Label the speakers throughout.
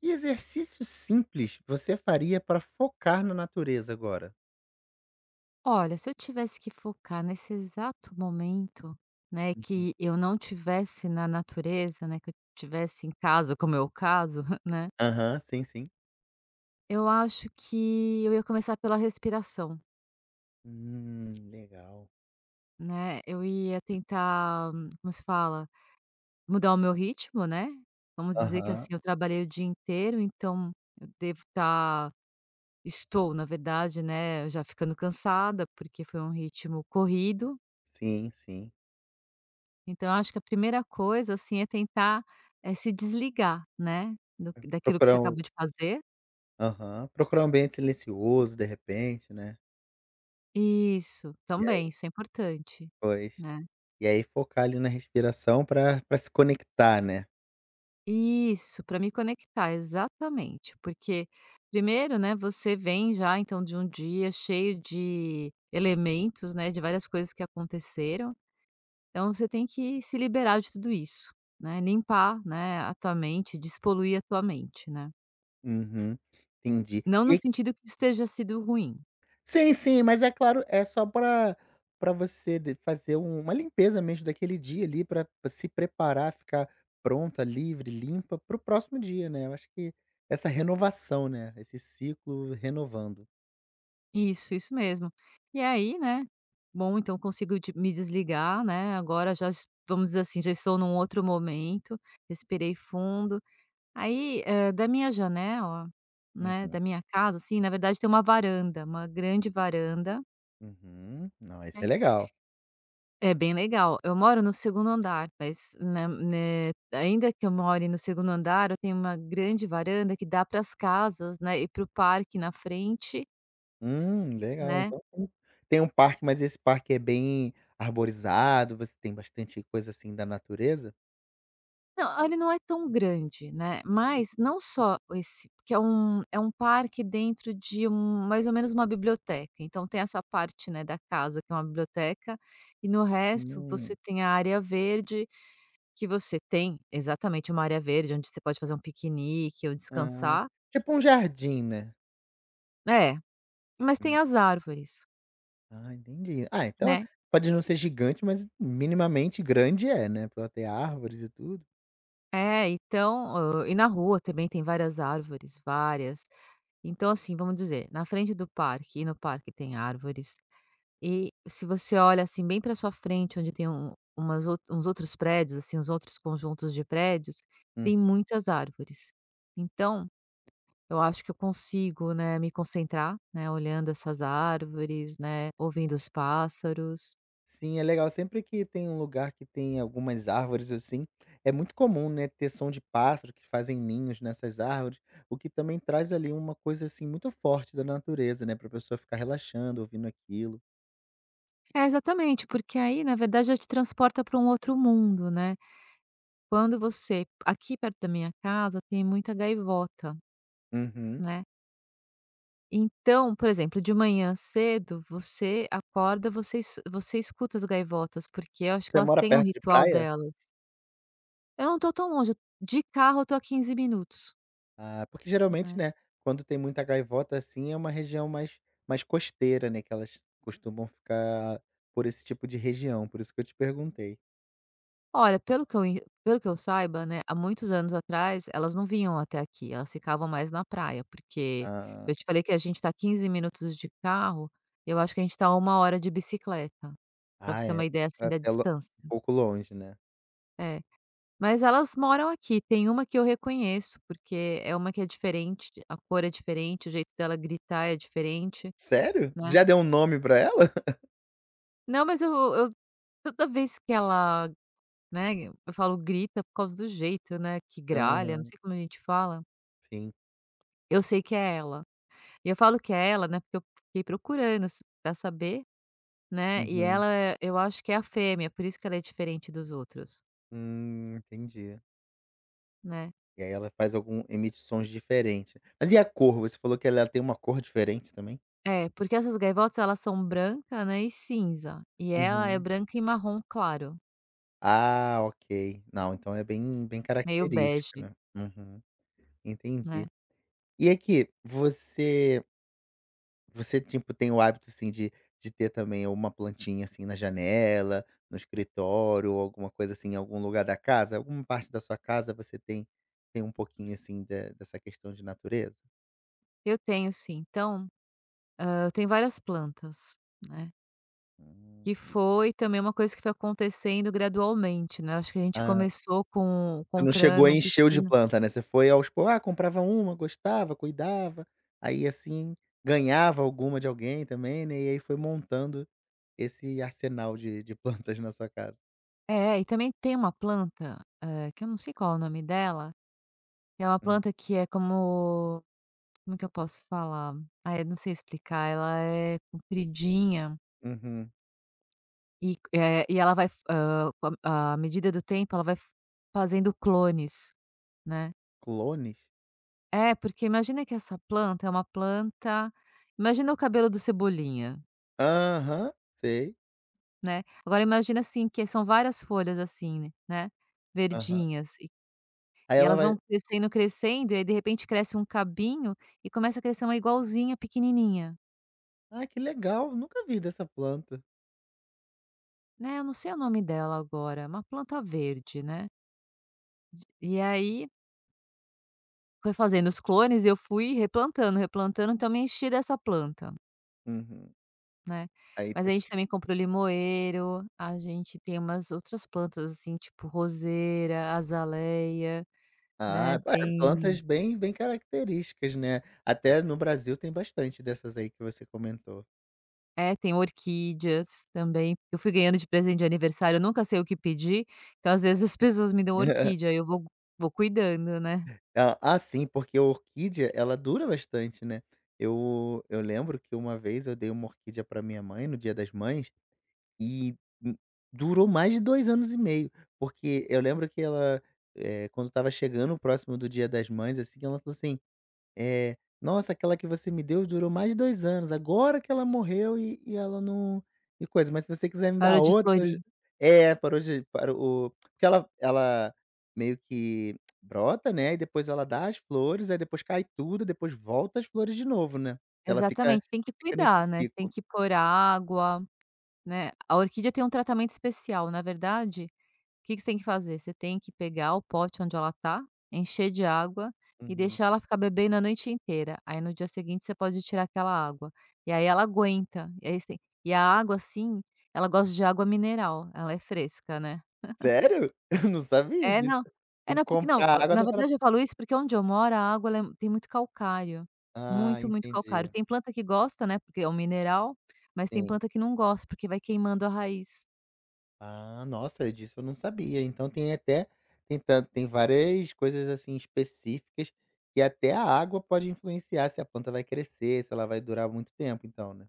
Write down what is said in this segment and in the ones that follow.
Speaker 1: Que exercício simples você faria para focar na natureza agora?
Speaker 2: Olha, se eu tivesse que focar nesse exato momento, né,
Speaker 1: Uhum.
Speaker 2: que eu não tivesse na natureza, né, que eu tivesse em casa, como é o caso, né,
Speaker 1: Aham, sim, sim.
Speaker 2: eu acho que eu ia começar pela respiração,
Speaker 1: Legal.
Speaker 2: né, eu ia tentar, como se fala, mudar o meu ritmo, né, vamos dizer que
Speaker 1: Aham.
Speaker 2: assim, eu trabalhei o dia inteiro, então eu devo estar, estou, na verdade, né, já ficando cansada, porque foi um ritmo corrido.
Speaker 1: Sim, sim.
Speaker 2: Então eu acho que a primeira coisa, assim, é tentar, se desligar, né, do daquilo que você
Speaker 1: Procurar um
Speaker 2: acabou de fazer.
Speaker 1: Aham, procurar um ambiente silencioso, de repente, né.
Speaker 2: Isso,
Speaker 1: E aí
Speaker 2: também, isso é importante,
Speaker 1: pois
Speaker 2: né.
Speaker 1: e aí focar ali na respiração para pra se conectar, né.
Speaker 2: Isso, para me conectar, exatamente. Porque primeiro, né, você vem já então de um dia cheio de elementos, né, de várias coisas que aconteceram, então você tem que se liberar de tudo isso, né, limpar, né, a tua mente, despoluir a tua mente, né.
Speaker 1: Uhum, entendi.
Speaker 2: Não no sentido que esteja sido ruim.
Speaker 1: Sim, sim, mas é claro, é só para você de fazer uma limpeza mesmo daquele dia ali, para se preparar, ficar pronta, livre, limpa para o próximo dia, né. Eu acho que essa renovação, né, esse ciclo renovando.
Speaker 2: Isso mesmo. E aí, né, bom, então consigo de me desligar, né, agora já es vamos dizer assim, já estou num outro momento, respirei fundo. Aí, da minha janela, né,
Speaker 1: Uhum.
Speaker 2: da minha casa, assim, na verdade tem uma varanda, uma grande varanda.
Speaker 1: Uhum. Não, esse é
Speaker 2: É.
Speaker 1: legal.
Speaker 2: É bem legal. Eu moro no segundo andar, mas na né, ainda que eu more no segundo andar, eu tenho uma grande varanda que dá para as casas, né, e para o parque na frente,
Speaker 1: Legal,
Speaker 2: né.
Speaker 1: então tem um parque, mas esse parque é bem arborizado, você tem bastante coisa, assim, da natureza?
Speaker 2: Não, ah, ele não é tão grande, né, mas não só esse porque é um parque dentro de um mais ou menos uma biblioteca, então tem essa parte, né, da casa que é uma biblioteca, e no resto você
Speaker 1: Hum.
Speaker 2: tem a área verde, que você tem exatamente uma área verde onde você pode fazer um piquenique ou
Speaker 1: Ah,
Speaker 2: descansar.
Speaker 1: tipo um jardim, né?
Speaker 2: É, mas tem as árvores,
Speaker 1: Ah, entendi. Ah, então
Speaker 2: né.
Speaker 1: pode não ser gigante, mas minimamente grande é, né, pra ter árvores e tudo.
Speaker 2: É, então, e na rua também tem várias árvores, várias. Então, assim, vamos dizer, na frente do parque e no parque tem árvores. E se você olha, assim, bem para sua frente, onde tem umas ou uns outros prédios, assim, uns outros conjuntos de prédios,
Speaker 1: Hum.
Speaker 2: tem muitas árvores. Então, eu acho que eu consigo, né, me concentrar, né, olhando essas árvores, né, ouvindo os pássaros.
Speaker 1: Sim, é legal. Sempre que tem um lugar que tem algumas árvores assim, é muito comum, né, ter som de pássaro que fazem ninhos nessas árvores, o que também traz ali uma coisa assim muito forte da natureza, né, pra pessoa ficar relaxando, ouvindo aquilo.
Speaker 2: É, exatamente, porque aí, na verdade, já te transporta para um outro mundo, né. Quando você aqui perto da minha casa tem muita gaivota,
Speaker 1: Uhum.
Speaker 2: né. Então, por exemplo, de manhã cedo, você acorda, você escuta as gaivotas, porque eu acho que
Speaker 1: Você
Speaker 2: elas
Speaker 1: mora
Speaker 2: têm um
Speaker 1: perto de
Speaker 2: ritual
Speaker 1: praia?
Speaker 2: delas. Eu não tô tão longe, de carro eu tô a 15 minutos,
Speaker 1: Ah, porque geralmente,
Speaker 2: né.
Speaker 1: né, quando tem muita gaivota, assim, é uma região mais costeira, né, que elas costumam ficar por esse tipo de região, por isso que eu te perguntei.
Speaker 2: Olha, pelo que eu saiba, né, há muitos anos atrás, elas não vinham até aqui, elas ficavam mais na praia, porque eu
Speaker 1: Ah,
Speaker 2: te falei que a gente tá 15 minutos de carro, eu acho que a gente tá a 1 hora de bicicleta, pra
Speaker 1: ah,
Speaker 2: você ter
Speaker 1: é
Speaker 2: uma ideia, assim, da
Speaker 1: até lo
Speaker 2: distância.
Speaker 1: um pouco longe, né.
Speaker 2: É. Mas elas moram aqui. Tem uma que eu reconheço, porque é uma que é diferente, a cor é diferente, o jeito dela gritar é diferente.
Speaker 1: Sério?
Speaker 2: Né?
Speaker 1: Já deu um nome pra ela?
Speaker 2: Não, mas eu toda vez que ela, né, eu falo grita por causa do jeito, né, que gralha, não
Speaker 1: Aham,
Speaker 2: sei como a gente fala,
Speaker 1: sim.
Speaker 2: eu sei que é ela. E eu falo que é ela, né, porque eu fiquei procurando s pra saber, né, e
Speaker 1: Uhum.
Speaker 2: ela, eu acho que é a fêmea, por isso que ela é diferente dos outros,
Speaker 1: Entendi.
Speaker 2: né.
Speaker 1: E aí ela faz algum emite sons diferente. Mas e a cor? Você falou que ela tem uma cor diferente também?
Speaker 2: É, porque essas gaivotas elas são branca, né, e cinza, e ela é
Speaker 1: Uhum.
Speaker 2: branca e marrom claro,
Speaker 1: Ah, ok. Não, então é bem bem
Speaker 2: meio
Speaker 1: característica,
Speaker 2: bege,
Speaker 1: né. Uhum. Entendi.
Speaker 2: né.
Speaker 1: E aqui, você, tipo, tem o hábito, assim, de ter também uma plantinha, assim, na janela, no escritório ou alguma coisa, assim, em algum lugar da casa? Alguma parte da sua casa você tem um pouquinho, assim, de dessa questão de natureza?
Speaker 2: Eu tenho sim, então, eu tenho várias plantas, né,
Speaker 1: Hum.
Speaker 2: que foi também uma coisa que foi acontecendo gradualmente, né, acho que a gente
Speaker 1: Ah,
Speaker 2: começou com
Speaker 1: você não chegou a
Speaker 2: comprando um
Speaker 1: encher de
Speaker 2: pequeno
Speaker 1: planta, né, você foi aos poucos, ah, comprava uma, gostava, cuidava, aí, assim, ganhava alguma de alguém também, né, e aí foi montando esse arsenal de plantas na sua casa.
Speaker 2: é, e também tem uma planta, que eu não sei qual é o nome dela, que é uma
Speaker 1: Hum.
Speaker 2: planta que é como que eu posso falar? Ah, eu não sei explicar, ela é compridinha.
Speaker 1: Uhum.
Speaker 2: E ela vai com a à medida do tempo, ela vai f fazendo clones, né.
Speaker 1: Clones?
Speaker 2: É, porque imagina que essa planta é uma planta imagina o cabelo do Cebolinha,
Speaker 1: Aham, sei.
Speaker 2: né. Agora imagina, assim, que são várias folhas, assim, né,
Speaker 1: Aham.
Speaker 2: verdinhas e
Speaker 1: Aí
Speaker 2: e
Speaker 1: ela
Speaker 2: elas
Speaker 1: vai:
Speaker 2: vão crescendo, crescendo, e aí de repente cresce um cabinho e começa a crescer uma igualzinha pequenininha,
Speaker 1: "Ah, que legal, nunca vi dessa planta".
Speaker 2: né, eu não sei o nome dela agora, é uma planta verde, né. E aí foi fazendo os clones, eu fui replantando, replantando, então me enchi dessa planta,
Speaker 1: Uhum.
Speaker 2: né.
Speaker 1: Aí
Speaker 2: Mas a
Speaker 1: tu
Speaker 2: gente
Speaker 1: che
Speaker 2: também comprou limoeiro, a gente tem umas outras plantas, assim, tipo roseira, azaleia, né,
Speaker 1: Ah, é plantas
Speaker 2: tem
Speaker 1: bem bem características, né. Até no Brasil tem bastante dessas aí que você comentou.
Speaker 2: é, tem orquídeas também. Eu fui ganhando de presente de aniversário, eu nunca sei o que pedir, então às vezes as pessoas me dão orquídea, aí eu vou cuidando, né.
Speaker 1: Ah ah, sim, porque a orquídea, ela dura bastante, né. Eu lembro que uma vez eu dei uma orquídea pra minha mãe no Dia das Mães. E du durou mais de 2 anos e meio, porque eu lembro que ela, quando estava chegando próximo do Dia das Mães, assim, ela falou assim, "Nossa, aquela que você me deu durou mais de 2 anos, agora que ela morreu e ela não e coisa, mas se você quiser me dar
Speaker 2: Parou de
Speaker 1: outra eu já".
Speaker 2: florir.
Speaker 1: É, parou porque ela meio que brota, né, e depois ela dá as flores, aí depois cai tudo, depois volta as flores de novo, né. Ela fica
Speaker 2: Exatamente, tem que
Speaker 1: fica nesse
Speaker 2: cuidar, né, você tem
Speaker 1: ciclo.
Speaker 2: que pôr água, né. A orquídea tem um tratamento especial, na verdade. Que você tem que fazer? Você tem que pegar o pote onde ela tá, encher de água e
Speaker 1: Uhum.
Speaker 2: deixar ela ficar bebendo a noite inteira. Aí no dia seguinte você pode tirar aquela água. E aí ela aguenta. E aí você e a água, assim, ela gosta de água mineral, ela é fresca, né.
Speaker 1: Sério? Eu não sabia
Speaker 2: É,
Speaker 1: disso.
Speaker 2: não. É,
Speaker 1: Tem que
Speaker 2: não, porque não,
Speaker 1: comprar água
Speaker 2: na
Speaker 1: da pra
Speaker 2: verdade eu falo isso porque onde eu moro a água ela tem muito calcário,
Speaker 1: Ah,
Speaker 2: muito, muito
Speaker 1: entendi.
Speaker 2: calcário. Tem planta que gosta, né, porque é um mineral, mas tem
Speaker 1: Sim.
Speaker 2: planta que não gosta, porque vai queimando a raiz.
Speaker 1: Ah, nossa, disso eu não sabia. Então tem até tem tanto tem várias coisas, assim, específicas que até a água pode influenciar se a planta vai crescer, se ela vai durar muito tempo então, né.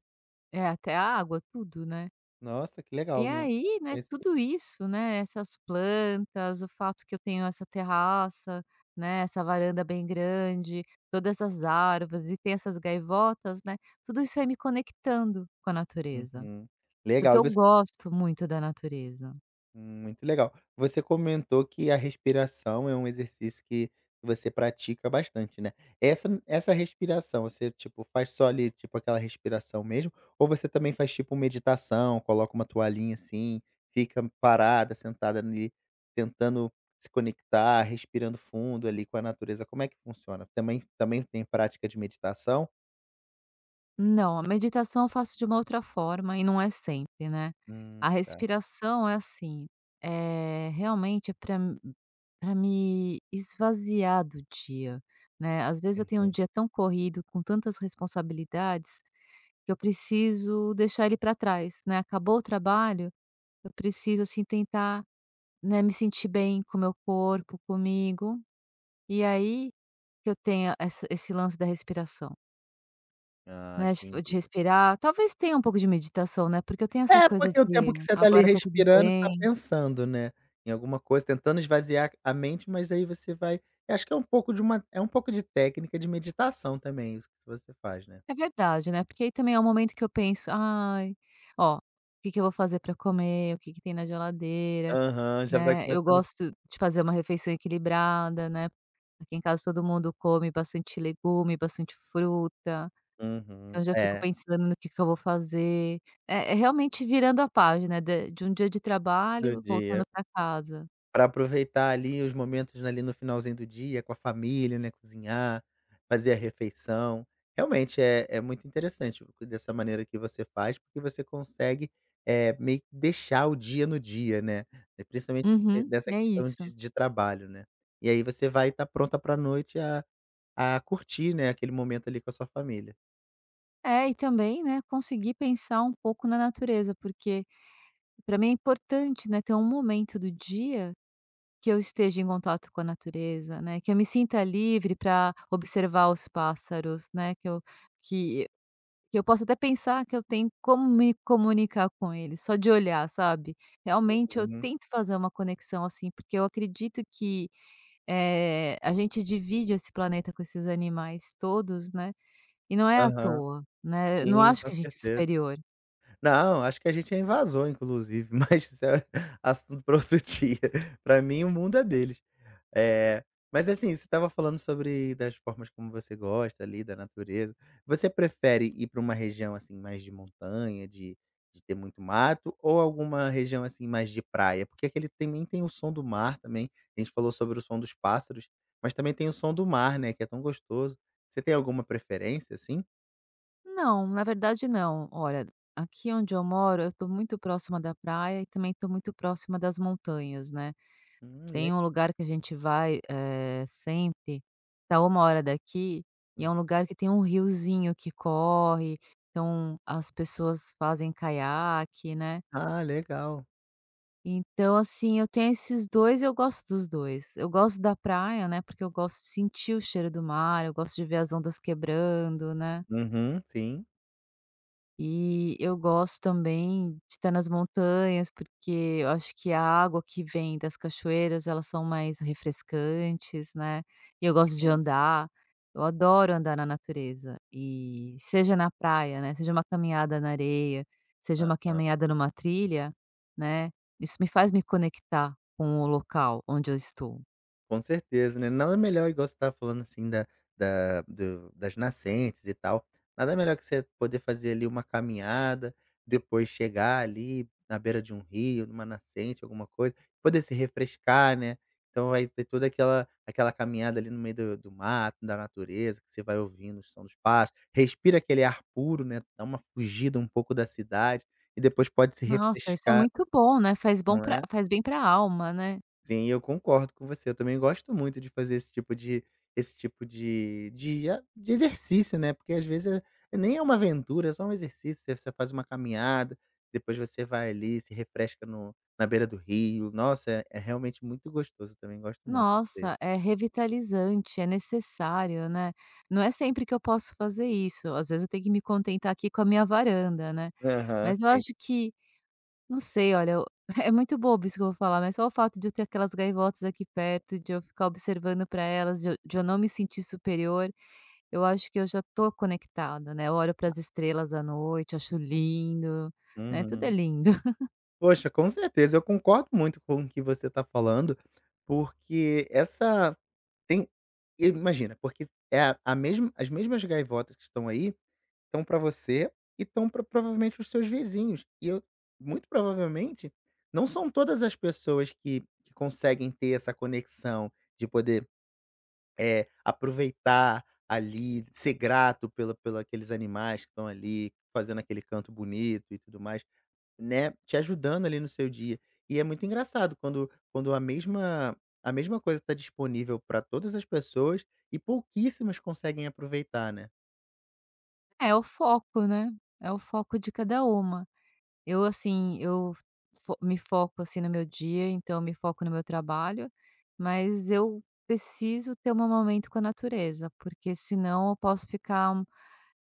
Speaker 2: É, até a água, tudo, né.
Speaker 1: Nossa, que
Speaker 2: E
Speaker 1: legal, não
Speaker 2: aí, né,
Speaker 1: conhecia.
Speaker 2: tudo isso, né, essas plantas, o fato que eu tenho essa terraça, né, essa varanda bem grande, todas essas árvores e tem essas gaivotas, né, tudo isso vai me conectando com a natureza,
Speaker 1: Uhum.
Speaker 2: porque
Speaker 1: Legal. E
Speaker 2: eu
Speaker 1: você
Speaker 2: gosto muito da natureza.
Speaker 1: Muito legal. Você comentou que a respiração é um exercício que você pratica bastante, né? Essa respiração, você, tipo, faz só ali, tipo, aquela respiração mesmo? Ou você também faz, tipo, meditação, coloca uma toalhinha assim, fica parada, sentada ali, tentando se conectar, respirando fundo ali com a natureza? Como é que funciona? Também tem prática de meditação?
Speaker 2: Não, a meditação eu faço de uma outra forma e não é sempre, né. A
Speaker 1: Tá.
Speaker 2: respiração é assim, é realmente é para me esvaziar do dia, né. Às vezes eu tenho um
Speaker 1: Uhum.
Speaker 2: dia tão corrido, com tantas responsabilidades, que eu preciso deixar ele para trás, né. Acabou o trabalho, eu preciso, assim, tentar, né, me sentir bem com o meu corpo, comigo, e aí que eu tenho essa esse lance da respiração.
Speaker 1: Ah,
Speaker 2: Né, tipo, de
Speaker 1: entendi.
Speaker 2: respirar. Talvez tenha um pouco de meditação, né, porque eu tenho essa
Speaker 1: É,
Speaker 2: coisa
Speaker 1: porque o tempo
Speaker 2: de:
Speaker 1: que você está ali
Speaker 2: "Agora tá tudo
Speaker 1: respirando, você está
Speaker 2: bem".
Speaker 1: pensando, né, em alguma coisa, tentando esvaziar a mente, mas aí você vai eu acho que é um pouco de técnica de meditação também, isso que você faz, né?
Speaker 2: É verdade, né, porque aí também é o momento que eu penso: "Ai, ó, o que que eu vou fazer pra comer? O que que tem na geladeira?",
Speaker 1: Aham, já vai
Speaker 2: né. Eu
Speaker 1: começando.
Speaker 2: gosto de fazer uma refeição equilibrada, né. Aqui em casa todo mundo come bastante legume, bastante fruta,
Speaker 1: Uhum,
Speaker 2: então eu já fico
Speaker 1: é,
Speaker 2: pensando no que eu vou fazer. É realmente virando a página de um dia de
Speaker 1: do
Speaker 2: trabalho,
Speaker 1: dia.
Speaker 2: voltando pra casa.
Speaker 1: Para aproveitar ali os momentos ali no finalzinho do dia com a família, né, cozinhar, fazer a refeição. Realmente é muito interessante dessa maneira que você faz, porque você consegue, meio que deixar o dia no dia, né, principalmente
Speaker 2: Uhum,
Speaker 1: dessa
Speaker 2: é
Speaker 1: questão
Speaker 2: isso.
Speaker 1: de trabalho, né. E aí você vai estar pronta para a noite a curtir, né, aquele momento ali com a sua família.
Speaker 2: É, e também, né, conseguir pensar um pouco na natureza, porque para mim é importante, né, ter um momento do dia que eu esteja em contato com a natureza, né, que eu me sinta livre para observar os pássaros, né, que, que eu possa até pensar que eu tenho como me comunicar com eles, só de olhar, sabe? Realmente eu
Speaker 1: Uhum.
Speaker 2: tento fazer uma conexão assim, porque eu acredito que a gente divide esse planeta com esses animais todos, né, e não é à
Speaker 1: Aham.
Speaker 2: toa. Né? Eu não
Speaker 1: Sim,
Speaker 2: acho
Speaker 1: com
Speaker 2: que a gente é
Speaker 1: certeza.
Speaker 2: superior.
Speaker 1: Não, acho que a gente é invasor inclusive, mas isso é assunto para outro dia. Para mim o mundo é deles. Eh, mas assim, você estava falando sobre das formas como você gosta ali, da natureza. Você prefere ir para uma região, assim, mais de montanha, de ter muito mato ou alguma região, assim, mais de praia? Porque aquele também tem o som do mar também, a gente falou sobre o som dos pássaros, mas também tem o som do mar, né, que é tão gostoso. Você tem alguma preferência assim?
Speaker 2: Não, na verdade não. Olha, aqui onde eu moro, eu estou muito próxima da praia e também estou muito próxima das montanhas, né.
Speaker 1: Le
Speaker 2: Tem um lugar que a gente vai, sempre, tá 1 hora daqui, e é
Speaker 1: hum.
Speaker 2: um lugar que tem um riozinho que corre, então as pessoas fazem caiaque, né.
Speaker 1: Ah, legal.
Speaker 2: Então, assim, eu tenho esses 2, e eu gosto dos 2. Eu gosto da praia, né, porque eu gosto de sentir o cheiro do mar, eu gosto de ver as ondas quebrando, né.
Speaker 1: Uhum, sim.
Speaker 2: E eu gosto também de estar nas montanhas, porque eu acho que a água que vem das cachoeiras, elas são mais refrescantes, né. E eu gosto de andar, eu adoro andar na natureza, e seja na praia, né, seja uma caminhada na areia, seja uma
Speaker 1: Aham.
Speaker 2: caminhada numa trilha, né, isso me faz me conectar com o local onde eu estou.
Speaker 1: Com certeza, né. Nada melhor igual você estava falando, assim, da da do das nascentes e tal, nada melhor que você poder fazer ali uma caminhada, depois chegar ali na beira de um rio, numa nascente, alguma coisa, poder se refrescar, né. Então vai ter toda aquela caminhada ali no meio do mato, da natureza, que você vai ouvindo o som dos pássaros, respira aquele ar puro, né, dá uma fugida um pouco da cidade e depois pode se
Speaker 2: Nossa, isso é
Speaker 1: refrescar,
Speaker 2: muito bom, né, faz bom
Speaker 1: não
Speaker 2: para,
Speaker 1: é?
Speaker 2: faz bem para a alma, né.
Speaker 1: Sim, eu concordo com você. Eu também gosto muito de fazer esse tipo de exercício, né, porque às vezes é nem é uma aventura, é só um exercício, você faz uma caminhada, depois você vai ali, se refresca no na beira do rio. Nossa, é realmente muito gostoso, eu também gosto muito disso.
Speaker 2: Nossa, é revitalizante, é necessário, né. Não é sempre que eu posso fazer isso, às vezes eu tenho que me contentar aqui com a minha varanda, né.
Speaker 1: Aham.
Speaker 2: Mas eu
Speaker 1: Sim.
Speaker 2: acho que não sei, olha, eu é muito bobo isso que eu vou falar, mas só o fato de eu ter aquelas gaivotas aqui perto, de eu ficar observando para elas, de eu não me sentir superior, eu acho que eu já tô conectada, né. Eu olho para as estrelas à noite, acho lindo, né, tudo é
Speaker 1: Uhum.
Speaker 2: lindo.
Speaker 1: Poxa, com certeza, eu concordo muito com o que você está falando, porque essa tem imagina, porque é a mesma as mesmas gaivotas que estão aí, estão para você e estão pra, provavelmente, os seus vizinhos. E eu Muito provavelmente, não são todas as pessoas que conseguem ter essa conexão de poder, aproveitar ali, ser grato pela aqueles animais que estão ali fazendo aquele canto bonito e tudo mais, né, te ajudando ali no seu dia. E é muito engraçado quando a mesma coisa está disponível para todas as pessoas e pouquíssimas conseguem aproveitar, né?
Speaker 2: É, o foco, né, é o foco de cada uma. Eu assim, eu fo me foco, assim, no meu dia, então eu me foco no meu trabalho, mas eu preciso ter um momento com a natureza, porque senão eu posso ficar,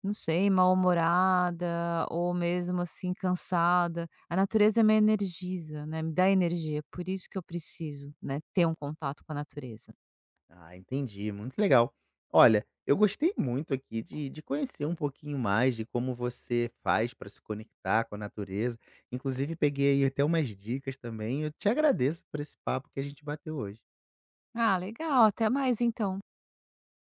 Speaker 2: não sei, mal-humorada ou mesmo, assim, cansada. A natureza me energiza, né, me dá energia, por isso que eu preciso, né, ter um contato com a natureza.
Speaker 1: Ah, entendi, muito legal. Olha, eu gostei muito aqui de conhecer um pouquinho mais de como você faz para se conectar com a natureza. Inclusive, peguei aí até umas dicas também. Eu te agradeço por esse papo que a gente bateu hoje.
Speaker 2: Ah, legal, até mais então.